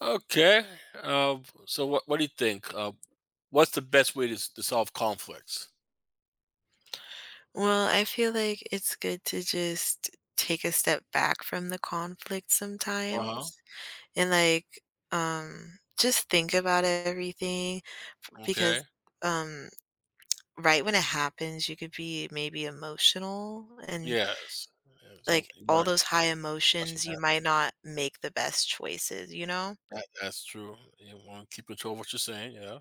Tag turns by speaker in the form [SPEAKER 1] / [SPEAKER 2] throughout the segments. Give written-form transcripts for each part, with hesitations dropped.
[SPEAKER 1] Okay. So what do you think? What's the best way to, to solve conflicts?
[SPEAKER 2] Well, I feel like it's good to just take a step back from the conflict
[SPEAKER 1] Uh huh.
[SPEAKER 2] sometimes and like just think about everything because
[SPEAKER 1] Okay.
[SPEAKER 2] um right when it happens you could be maybe emotional and
[SPEAKER 1] Yes. Yes, You,
[SPEAKER 2] like
[SPEAKER 1] you
[SPEAKER 2] all
[SPEAKER 1] want to
[SPEAKER 2] those high
[SPEAKER 1] question
[SPEAKER 2] emotions you
[SPEAKER 1] that.
[SPEAKER 2] might not make the best choices, you know?
[SPEAKER 1] That? That's true. You want to keep control of what you're saying. Yeah.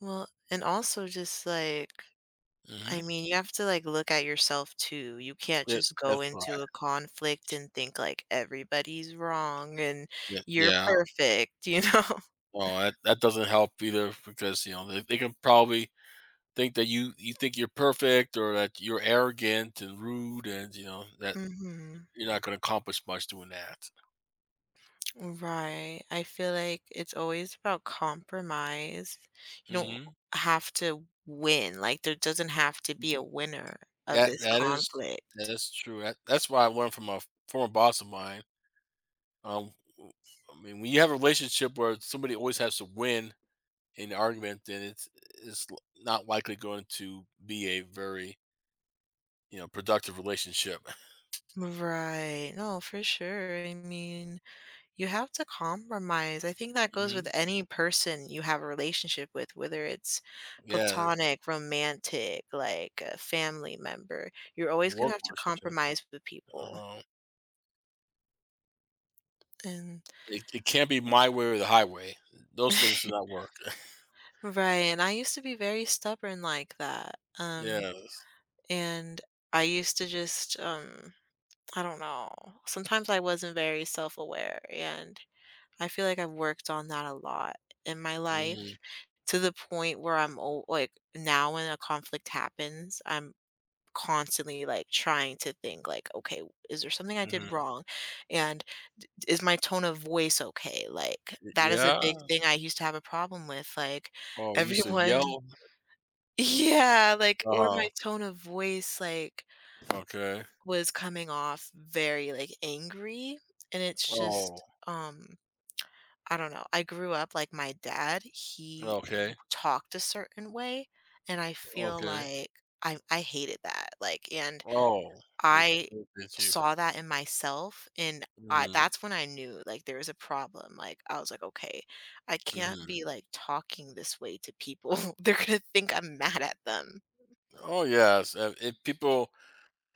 [SPEAKER 2] Well, and also just like
[SPEAKER 1] hmm
[SPEAKER 2] I mean, you have to, like, look at yourself too. You can't
[SPEAKER 1] Yeah,
[SPEAKER 2] just
[SPEAKER 1] that's
[SPEAKER 2] go
[SPEAKER 1] right.
[SPEAKER 2] into a conflict and think, like, everybody's wrong and
[SPEAKER 1] Yeah.
[SPEAKER 2] you're
[SPEAKER 1] yeah.
[SPEAKER 2] perfect, you know?
[SPEAKER 1] Well, that doesn't help either because you know they can probably think that you think you're perfect or that you're arrogant and rude, and you know that
[SPEAKER 2] Mhm.
[SPEAKER 1] you're not going to accomplish much doing that.
[SPEAKER 2] Right. I feel like it's always about compromise. You don't
[SPEAKER 1] Mm-hmm.
[SPEAKER 2] have to win. Like, there doesn't have to be a winner of
[SPEAKER 1] That
[SPEAKER 2] this
[SPEAKER 1] that
[SPEAKER 2] conflict.
[SPEAKER 1] is true. That that's why I learned from a former boss of mine. Um, w- I mean, when you have a relationship where somebody always has to win in the argument, then it's not likely going to be a very, you know, productive relationship.
[SPEAKER 2] Right. No, for sure. I mean, you have to compromise. I think that goes
[SPEAKER 1] hmm
[SPEAKER 2] with any person you have a relationship with, whether it's
[SPEAKER 1] Yes,
[SPEAKER 2] platonic, romantic, like a family member. You're always going to
[SPEAKER 1] work
[SPEAKER 2] have to
[SPEAKER 1] relationship.
[SPEAKER 2] compromise with people.
[SPEAKER 1] Uh-huh.
[SPEAKER 2] And
[SPEAKER 1] It can't be my way or the highway. Those things do not work.
[SPEAKER 2] right, and I used to be very stubborn like that.
[SPEAKER 1] Yeah.
[SPEAKER 2] And I used to just I don't know. Sometimes I wasn't very self-aware, and I feel like I've worked on that a lot in my life,
[SPEAKER 1] Mm-hmm.
[SPEAKER 2] to the point where I'm all, like, now when a conflict happens, I'm constantly like trying to think like, okay, is there something I did wrong? And is my tone of voice okay? Like, that is a
[SPEAKER 1] Yeah.
[SPEAKER 2] big thing I used to have a problem with. Like,
[SPEAKER 1] Oh, you used to
[SPEAKER 2] everyone,
[SPEAKER 1] yell.
[SPEAKER 2] yeah, like,
[SPEAKER 1] Uh
[SPEAKER 2] or my
[SPEAKER 1] huh.
[SPEAKER 2] tone of voice like
[SPEAKER 1] Okay.
[SPEAKER 2] was coming off very like angry, and it's
[SPEAKER 1] Oh.
[SPEAKER 2] just I don't know. I grew up like my dad, he
[SPEAKER 1] Okay.
[SPEAKER 2] talked a certain way, and I feel
[SPEAKER 1] Okay.
[SPEAKER 2] like I hated that, like, and
[SPEAKER 1] Oh, it
[SPEAKER 2] I
[SPEAKER 1] it it's you.
[SPEAKER 2] saw that in myself, and I
[SPEAKER 1] Mhm,
[SPEAKER 2] that's when I knew, like, there was a problem, like, I was like, "Okay, I can't
[SPEAKER 1] mhm.
[SPEAKER 2] be, like, talking this way to people. They're gonna think I'm mad at them."
[SPEAKER 1] Oh, yes, and people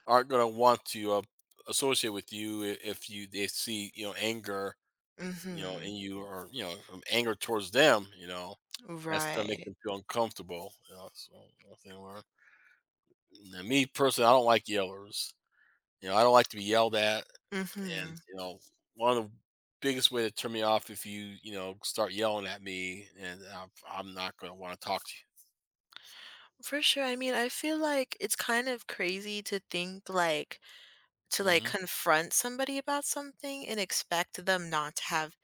[SPEAKER 1] aren't gonna want to, associate with you, I if you, they see, you know, anger, you know, in
[SPEAKER 2] Mhm.
[SPEAKER 1] you, or, you know, from anger towards them. You know, that's gonna make
[SPEAKER 2] Right.
[SPEAKER 1] them feel uncomfortable, you know, so one thing I learned. Now me personally, I don't like yellers, you know, I don't like to be yelled at, and,
[SPEAKER 2] Mhm.
[SPEAKER 1] you know, one of the biggest way to turn me off if you, you know, start yelling at me, and I'm not gonna wanna talk to
[SPEAKER 2] For sure, I mean, I feel like it's kind of crazy to think, like, to,
[SPEAKER 1] you.
[SPEAKER 2] like,
[SPEAKER 1] Mhm.
[SPEAKER 2] confront somebody about something and expect them not to have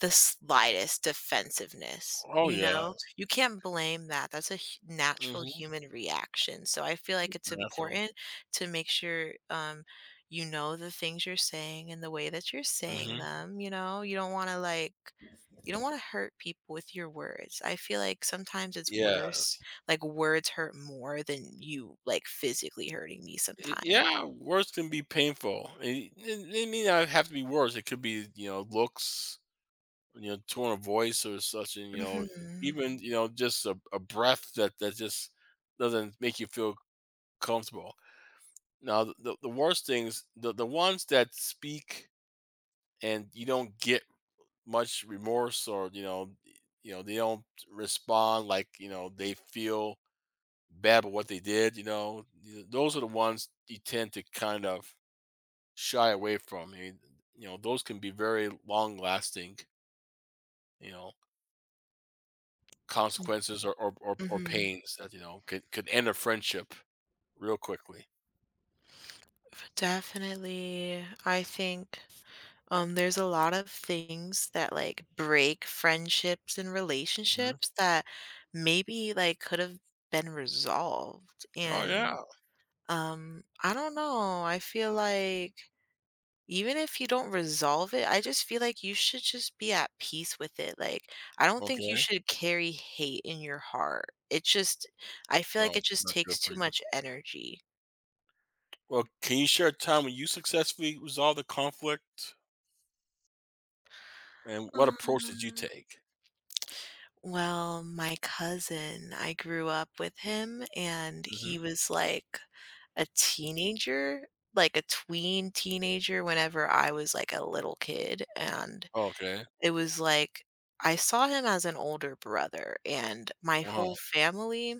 [SPEAKER 2] the slightest defensiveness,
[SPEAKER 1] Oh,
[SPEAKER 2] you know?
[SPEAKER 1] yes.
[SPEAKER 2] You can't blame that, that's a hu natural
[SPEAKER 1] Mhm.
[SPEAKER 2] human reaction, so I feel like
[SPEAKER 1] It's
[SPEAKER 2] it's
[SPEAKER 1] natural.
[SPEAKER 2] important to make sure, you know, the things you're saying and the way that you're saying
[SPEAKER 1] Mhm.
[SPEAKER 2] them, you know? You don't wanna, like, you don't wanna hurt people with your words. I feel like sometimes it's worse,
[SPEAKER 1] Yes.
[SPEAKER 2] like, words hurt more than you, like, physically hurting me
[SPEAKER 1] Y
[SPEAKER 2] sometimes.
[SPEAKER 1] Yeah, words can be painful. It may not have to be words, it could be, you know, looks, you know, tone of voice or such, and, you know,
[SPEAKER 2] Mhm.
[SPEAKER 1] even, you know, just a breath that just doesn't make you feel comfortable. Now, the worst things, the ones that speak and you don't get much remorse, or, you know, they don't respond, like, you know, they feel bad but what they did, you know, those are the ones you tend to kind of shy away from. I mean, you know, those can be very long lasting, you know, consequences or
[SPEAKER 2] Mhm.
[SPEAKER 1] pains that, you know, could end a friendship real quickly.
[SPEAKER 2] Definitely. I think, there's a lot of things that, like, break friendships and
[SPEAKER 1] Hmm
[SPEAKER 2] relationships that maybe, like, could have been resolved,
[SPEAKER 1] Oh,
[SPEAKER 2] and,
[SPEAKER 1] yeah.
[SPEAKER 2] I don't know, I feel like even if you don't resolve it, I just feel like you should just be at peace with it, like, I don't think you
[SPEAKER 1] Okay.
[SPEAKER 2] should carry hate in your heart. It just I feel
[SPEAKER 1] No,
[SPEAKER 2] like it
[SPEAKER 1] it's
[SPEAKER 2] just
[SPEAKER 1] not good
[SPEAKER 2] takes
[SPEAKER 1] for
[SPEAKER 2] too
[SPEAKER 1] you.
[SPEAKER 2] much energy.
[SPEAKER 1] Well, can you share a time when you successfully resolved a conflict, and what approach did you
[SPEAKER 2] Aw.
[SPEAKER 1] take?
[SPEAKER 2] Well, my cousin, I grew up with him, and
[SPEAKER 1] Hmm
[SPEAKER 2] he was like a teenager, like a tween teenager whenever I was like a little kid, and
[SPEAKER 1] Okay.
[SPEAKER 2] it was like I saw him as an older brother, and my
[SPEAKER 1] Uh-huh.
[SPEAKER 2] whole family,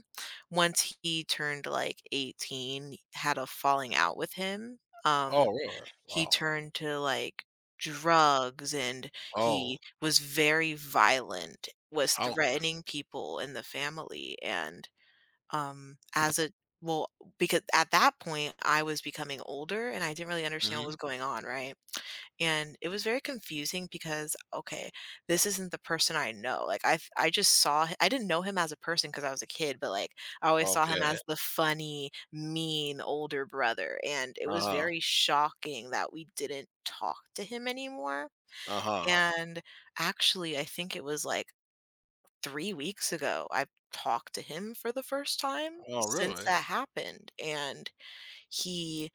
[SPEAKER 2] once he turned like 18, had a falling out with him. Um,
[SPEAKER 1] Oh, really?
[SPEAKER 2] he
[SPEAKER 1] Wow.
[SPEAKER 2] turned to, like, drugs, and
[SPEAKER 1] Oh,
[SPEAKER 2] he was very violent, was
[SPEAKER 1] how?
[SPEAKER 2] threatening people in the family, and as a well, because at that point, I was becoming older and I didn't really understand what
[SPEAKER 1] Mhm.
[SPEAKER 2] was going on, right? And it was very confusing because, okay, this isn't the person I know. Like, I f- I just saw h- I didn't know him as a person because I was a kid, but like I always saw him
[SPEAKER 1] Okay.
[SPEAKER 2] as the funny, mean older brother. And it
[SPEAKER 1] Uh
[SPEAKER 2] was
[SPEAKER 1] huh.
[SPEAKER 2] very shocking that we didn't talk to him anymore.
[SPEAKER 1] Uh-huh.
[SPEAKER 2] And actually, I think it was like 3 weeks ago, I talked to him for the first time
[SPEAKER 1] Oh,
[SPEAKER 2] since
[SPEAKER 1] really?
[SPEAKER 2] that happened, and he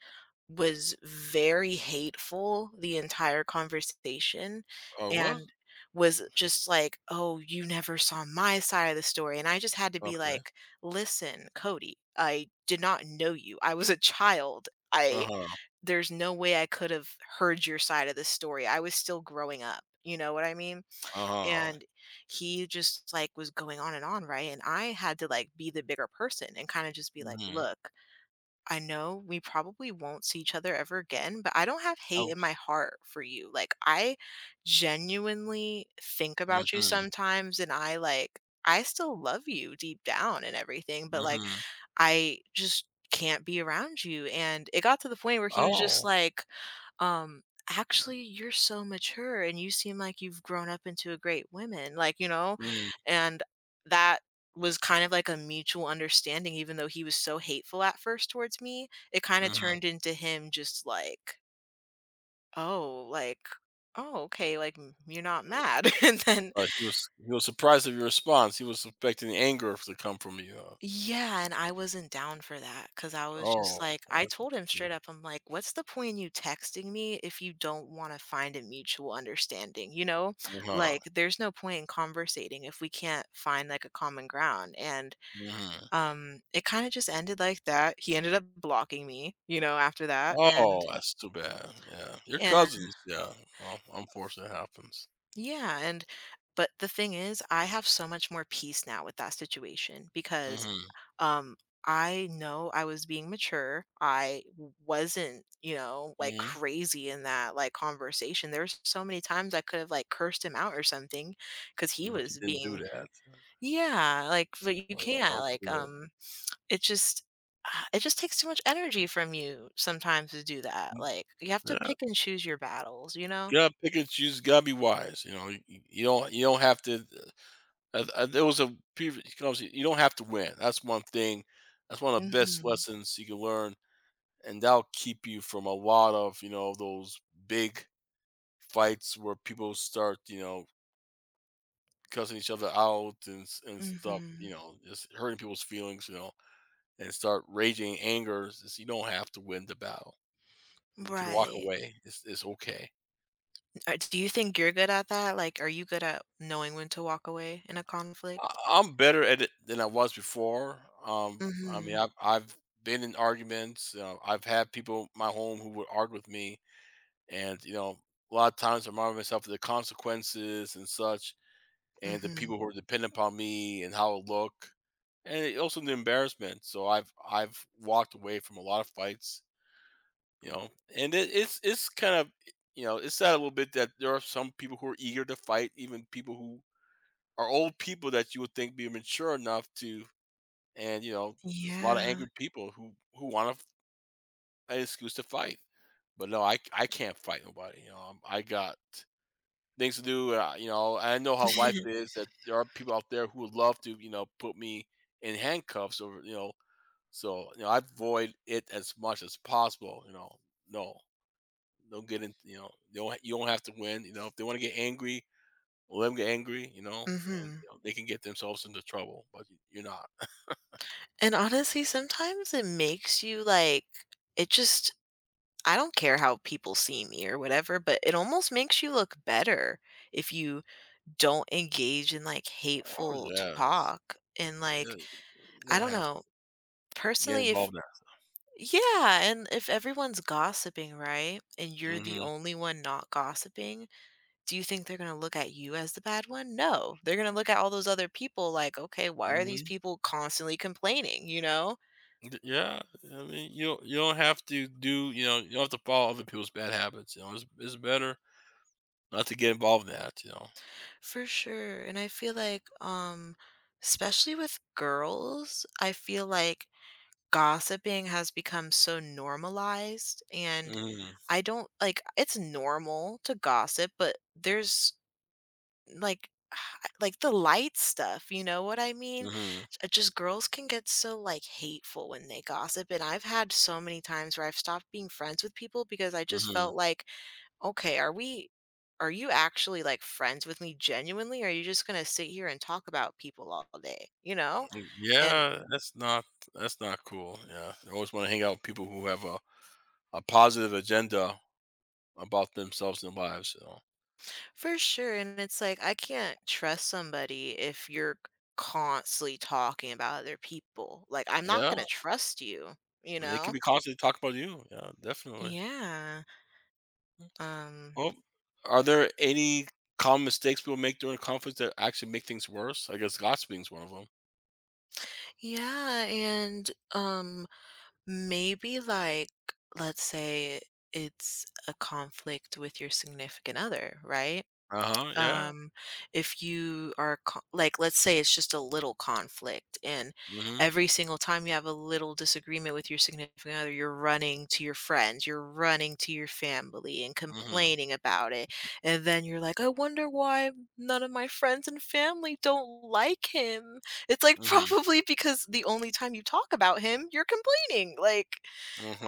[SPEAKER 2] was very hateful the entire conversation,
[SPEAKER 1] Oh, what?
[SPEAKER 2] and was just like, "Oh, you never saw my side of the story," and I just had to be
[SPEAKER 1] Okay.
[SPEAKER 2] like, "Listen, Cody, I did not know you. I was a child. I
[SPEAKER 1] Uh-huh.
[SPEAKER 2] There's no way I could have heard your side of the story. I was still growing up." You know what I mean?
[SPEAKER 1] Uh-huh.
[SPEAKER 2] And he just like was going on and on, right, and I had to like be the bigger person and kind of just be like,
[SPEAKER 1] Mhm.
[SPEAKER 2] look, I know we probably won't see each other ever again, but I don't have hate
[SPEAKER 1] Oh,
[SPEAKER 2] in my heart for you, like, I genuinely think about you
[SPEAKER 1] mhm,
[SPEAKER 2] sometimes, and I still love you deep down and everything, but like
[SPEAKER 1] mhm.
[SPEAKER 2] I just can't be around you, and it got to the point where he was just
[SPEAKER 1] Oh.
[SPEAKER 2] like, um, "Actually, you're so mature, and you seem like you've grown up into a great woman," like, you know?
[SPEAKER 1] Mm,
[SPEAKER 2] And that was kind of like a mutual understanding, even though he was so hateful at first towards me, it kinda
[SPEAKER 1] mhm.
[SPEAKER 2] turned into him just like, oh, okay, like, m you're not mad," and then
[SPEAKER 1] Like, he was surprised at your response. He was expecting anger to come from you, huh?
[SPEAKER 2] yeah, and I wasn't down for that because I was
[SPEAKER 1] Oh,
[SPEAKER 2] just like, I
[SPEAKER 1] that's
[SPEAKER 2] told him
[SPEAKER 1] good.
[SPEAKER 2] straight up, I'm like, "What's the point in you texting me if you don't wanna find a mutual understanding," you know?
[SPEAKER 1] Uh-huh.
[SPEAKER 2] Like, there's no point in conversating if we can't find, like, a common ground, and,
[SPEAKER 1] Mhm.
[SPEAKER 2] it kinda just ended like that. He ended up blocking me, you know, after that, and
[SPEAKER 1] Oh, that's too bad. Yeah. Your
[SPEAKER 2] and
[SPEAKER 1] cousins, yeah. Well, unfortunately, it happens.
[SPEAKER 2] yeah, and but the thing is, I have so much more peace now with that situation because,
[SPEAKER 1] Mhm.
[SPEAKER 2] Um, I know I was being mature. I wasn't, you know, like
[SPEAKER 1] Mhm.
[SPEAKER 2] crazy in that like conversation. There's so many times I could have like cursed him out or something because he
[SPEAKER 1] But you
[SPEAKER 2] was
[SPEAKER 1] didn't do
[SPEAKER 2] being,
[SPEAKER 1] That
[SPEAKER 2] yeah, like, but you
[SPEAKER 1] was that
[SPEAKER 2] can't.
[SPEAKER 1] was
[SPEAKER 2] Like,
[SPEAKER 1] good.
[SPEAKER 2] it just, it just takes too much energy from you sometimes to do that.
[SPEAKER 1] Mm,
[SPEAKER 2] Like, you have to
[SPEAKER 1] yeah.
[SPEAKER 2] pick and choose your battles, you know?
[SPEAKER 1] You gotta pick and choose. Gotta be wise. You know, you, you don't have to. There was a previous conversation. You don't have to win. That's one thing. That's one of the best
[SPEAKER 2] Mm-hmm.
[SPEAKER 1] lessons you can learn, and that'll keep you from a lot of, you know, those big fights where people start, you know, cussing each other out, and stuff.
[SPEAKER 2] Mm-hmm.
[SPEAKER 1] You know, just hurting people's feelings. You know, and start raging anger. It's- You don't have to win the battle. You can walk
[SPEAKER 2] Right.
[SPEAKER 1] away. It's okay.
[SPEAKER 2] Do you think you're good at that? Like, are you good at knowing when to walk away in a conflict?
[SPEAKER 1] I'm better at it than I was before. I mean,
[SPEAKER 2] Mhm,
[SPEAKER 1] I've been in arguments. I've had people in my home who would argue with me, and you know, a lot of times I remind myself of the consequences and such, and the
[SPEAKER 2] mhm.
[SPEAKER 1] people who are dependent upon me and how it look, and also the embarrassment. So I've walked away from a lot of fights, you know, and it's kind of, you know, it's sad a little bit that there are some people who are eager to fight, even people who are old people that you would think be mature enough to, and you know there's a lot of
[SPEAKER 2] Yeah.
[SPEAKER 1] angry people who want to an excuse to fight, but no, I can't fight nobody, you know. I got things to do. Uh, you know, I know how life is, that there are people out there who would love to, you know, put me in handcuffs, or you know, so, you know, I avoid it as much as possible, you know. No, don't get in, you know, you don't have to win. You know, if they want to get angry, let them get angry, you know, and
[SPEAKER 2] Mhm.
[SPEAKER 1] you know, they can get themselves into trouble, but you're not.
[SPEAKER 2] And honestly, sometimes it makes you, like, it just I don't care how people see me or whatever, but it almost makes you look better if you don't engage in, like,
[SPEAKER 1] Oh
[SPEAKER 2] hateful
[SPEAKER 1] yes
[SPEAKER 2] talk and,
[SPEAKER 1] Yeah,
[SPEAKER 2] like,
[SPEAKER 1] you
[SPEAKER 2] I
[SPEAKER 1] don't
[SPEAKER 2] don't
[SPEAKER 1] have
[SPEAKER 2] know,
[SPEAKER 1] to get
[SPEAKER 2] personally, if
[SPEAKER 1] involved in.
[SPEAKER 2] yeah, and if everyone's gossiping, right, and you're the
[SPEAKER 1] Mhm,
[SPEAKER 2] only one not gossiping, do you think they're going to look at you as the bad one? No. They're going to look at all those other people like, okay, why are these
[SPEAKER 1] mhm.
[SPEAKER 2] people constantly complaining, you know?
[SPEAKER 1] Yeah, I mean, you don't have to do, you know, you don't have to follow other people's bad habits, you know, it's better not to get involved in that, you know?
[SPEAKER 2] For sure. And I feel like especially with girls, I feel like gossiping has become so normalized, and
[SPEAKER 1] Mhm,
[SPEAKER 2] I don't like it's normal to gossip, but there's like like the light stuff, you know what I mean?
[SPEAKER 1] mhm,
[SPEAKER 2] It just girls can get so, like, hateful when they gossip, and I've had so many times where I've stopped being friends with people because I just
[SPEAKER 1] mhm.
[SPEAKER 2] felt like, "Okay, are you actually, like, friends with me genuinely, or are you just gonna sit here and talk about people all day?" You know?
[SPEAKER 1] Mm,
[SPEAKER 2] And
[SPEAKER 1] yeah, that's not cool, yeah. I always wanna hang out with people who have a positive agenda about themselves and their lives, you know?
[SPEAKER 2] for sure, and it's like, I can't trust somebody if you're constantly talking about other people. Like, I'm not
[SPEAKER 1] Yeah,
[SPEAKER 2] gonna trust you, you
[SPEAKER 1] and they could
[SPEAKER 2] know?
[SPEAKER 1] be constantly talking about you, yeah, definitely.
[SPEAKER 2] Yeah. Um,
[SPEAKER 1] Well, are there any common mistakes people make during a conference that actually make things worse? I guess gossiping's one of them.
[SPEAKER 2] yeah, and, maybe, like, let's say it's a conflict with your significant other, right?
[SPEAKER 1] Uh-huh, yeah.
[SPEAKER 2] um, if like, let's say it's just a little conflict, and
[SPEAKER 1] Mhm,
[SPEAKER 2] every single time you have a little disagreement with your significant other, you're running to your friends, you're running to your family, and
[SPEAKER 1] mhm,
[SPEAKER 2] complaining about it. And then you're like, I wonder why none of my friends and family don't like him. It's like,
[SPEAKER 1] mhm,
[SPEAKER 2] probably because the only time you talk about him, you're complaining. Like,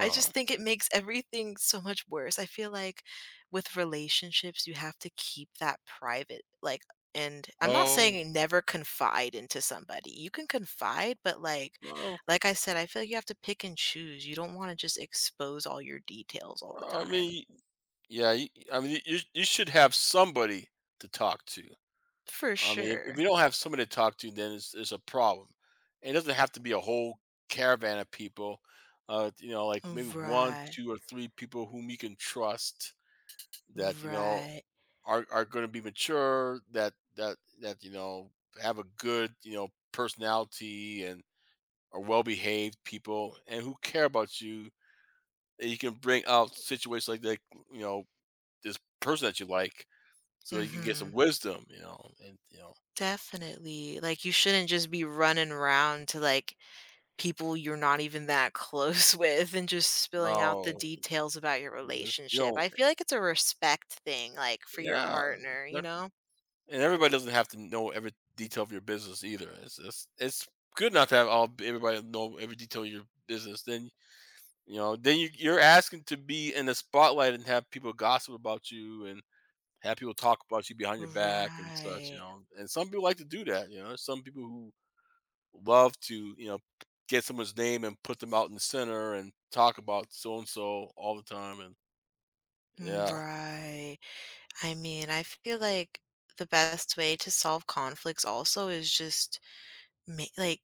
[SPEAKER 2] I just think it makes everything so much worse. I feel like with relationships, you have to keep that private. Like, and I'm not
[SPEAKER 1] Oh,
[SPEAKER 2] saying never confide into somebody. You can confide, but like,
[SPEAKER 1] well,
[SPEAKER 2] like I said, I feel like you have to pick and choose. You don't want to just expose all your details all the
[SPEAKER 1] I
[SPEAKER 2] time.
[SPEAKER 1] mean, yeah, you, I mean, you should have somebody to talk to.
[SPEAKER 2] For
[SPEAKER 1] I mean, if you
[SPEAKER 2] sure.
[SPEAKER 1] don't have somebody to talk to, then it's a problem. It doesn't have to be a whole caravan of people, you know, like maybe 1,
[SPEAKER 2] Right.
[SPEAKER 1] 2, or 3 people whom you can trust, that, you know,
[SPEAKER 2] Right.
[SPEAKER 1] are going to be mature, that you know have a good, you know, personality, and are well behaved people, and who care about you, and you can bring out situations like that, you know, this person that you like, so you can get
[SPEAKER 2] Mm-hmm.
[SPEAKER 1] some wisdom, you know, and you know,
[SPEAKER 2] Definitely. Like, you shouldn't just be running around to like people you're not even that close with and just spilling out the
[SPEAKER 1] no,
[SPEAKER 2] details about your
[SPEAKER 1] you know, this, you
[SPEAKER 2] relationship.
[SPEAKER 1] know,
[SPEAKER 2] I feel like it's a respect thing, like, for your
[SPEAKER 1] yeah,
[SPEAKER 2] partner, you
[SPEAKER 1] that-
[SPEAKER 2] know?
[SPEAKER 1] and everybody doesn't have to know every detail of your business either. It's good not to have all everybody know every detail of your business, then you know, then you're asking to be in the spotlight and have people gossip about you and have people talk about you behind your back and such. You
[SPEAKER 2] Right.
[SPEAKER 1] know, and some people like to do that. You know, there's some people who love to, you know, get someone's name and put them out in the center and talk about so and so all the time. And
[SPEAKER 2] Mm,
[SPEAKER 1] yeah,
[SPEAKER 2] right. I mean, I feel like the best way to solve conflicts also is just Ma like,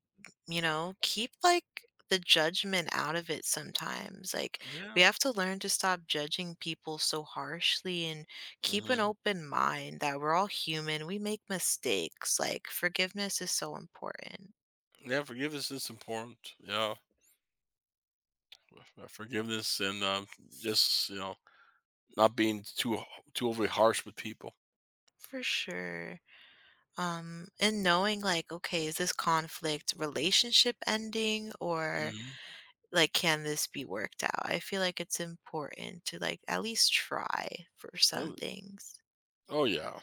[SPEAKER 2] you know, keep, like, the judgment out of it sometimes, like, we
[SPEAKER 1] yeah,
[SPEAKER 2] have to learn to stop judging people so harshly and keep an
[SPEAKER 1] hmm
[SPEAKER 2] open mind that we're all human, we make mistakes, like, forgiveness is so important.
[SPEAKER 1] yeah. Forgiveness is important. Yeah, forgiveness and, just you know not being too overly harsh with people.
[SPEAKER 2] For sure. And knowing, like, okay, is this conflict relationship ending or,
[SPEAKER 1] Hmm
[SPEAKER 2] like, can this be worked out? I feel like it's important to, like, at least try for some
[SPEAKER 1] Oh,
[SPEAKER 2] things.
[SPEAKER 1] oh yeah.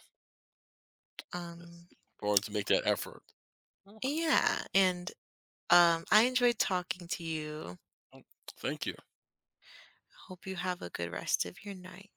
[SPEAKER 1] Yes.
[SPEAKER 2] Um
[SPEAKER 1] Or to make that effort. Okay.
[SPEAKER 2] Yeah, and, I enjoyed talking to you.
[SPEAKER 1] Oh, thank you.
[SPEAKER 2] Hope you have a good rest of your night.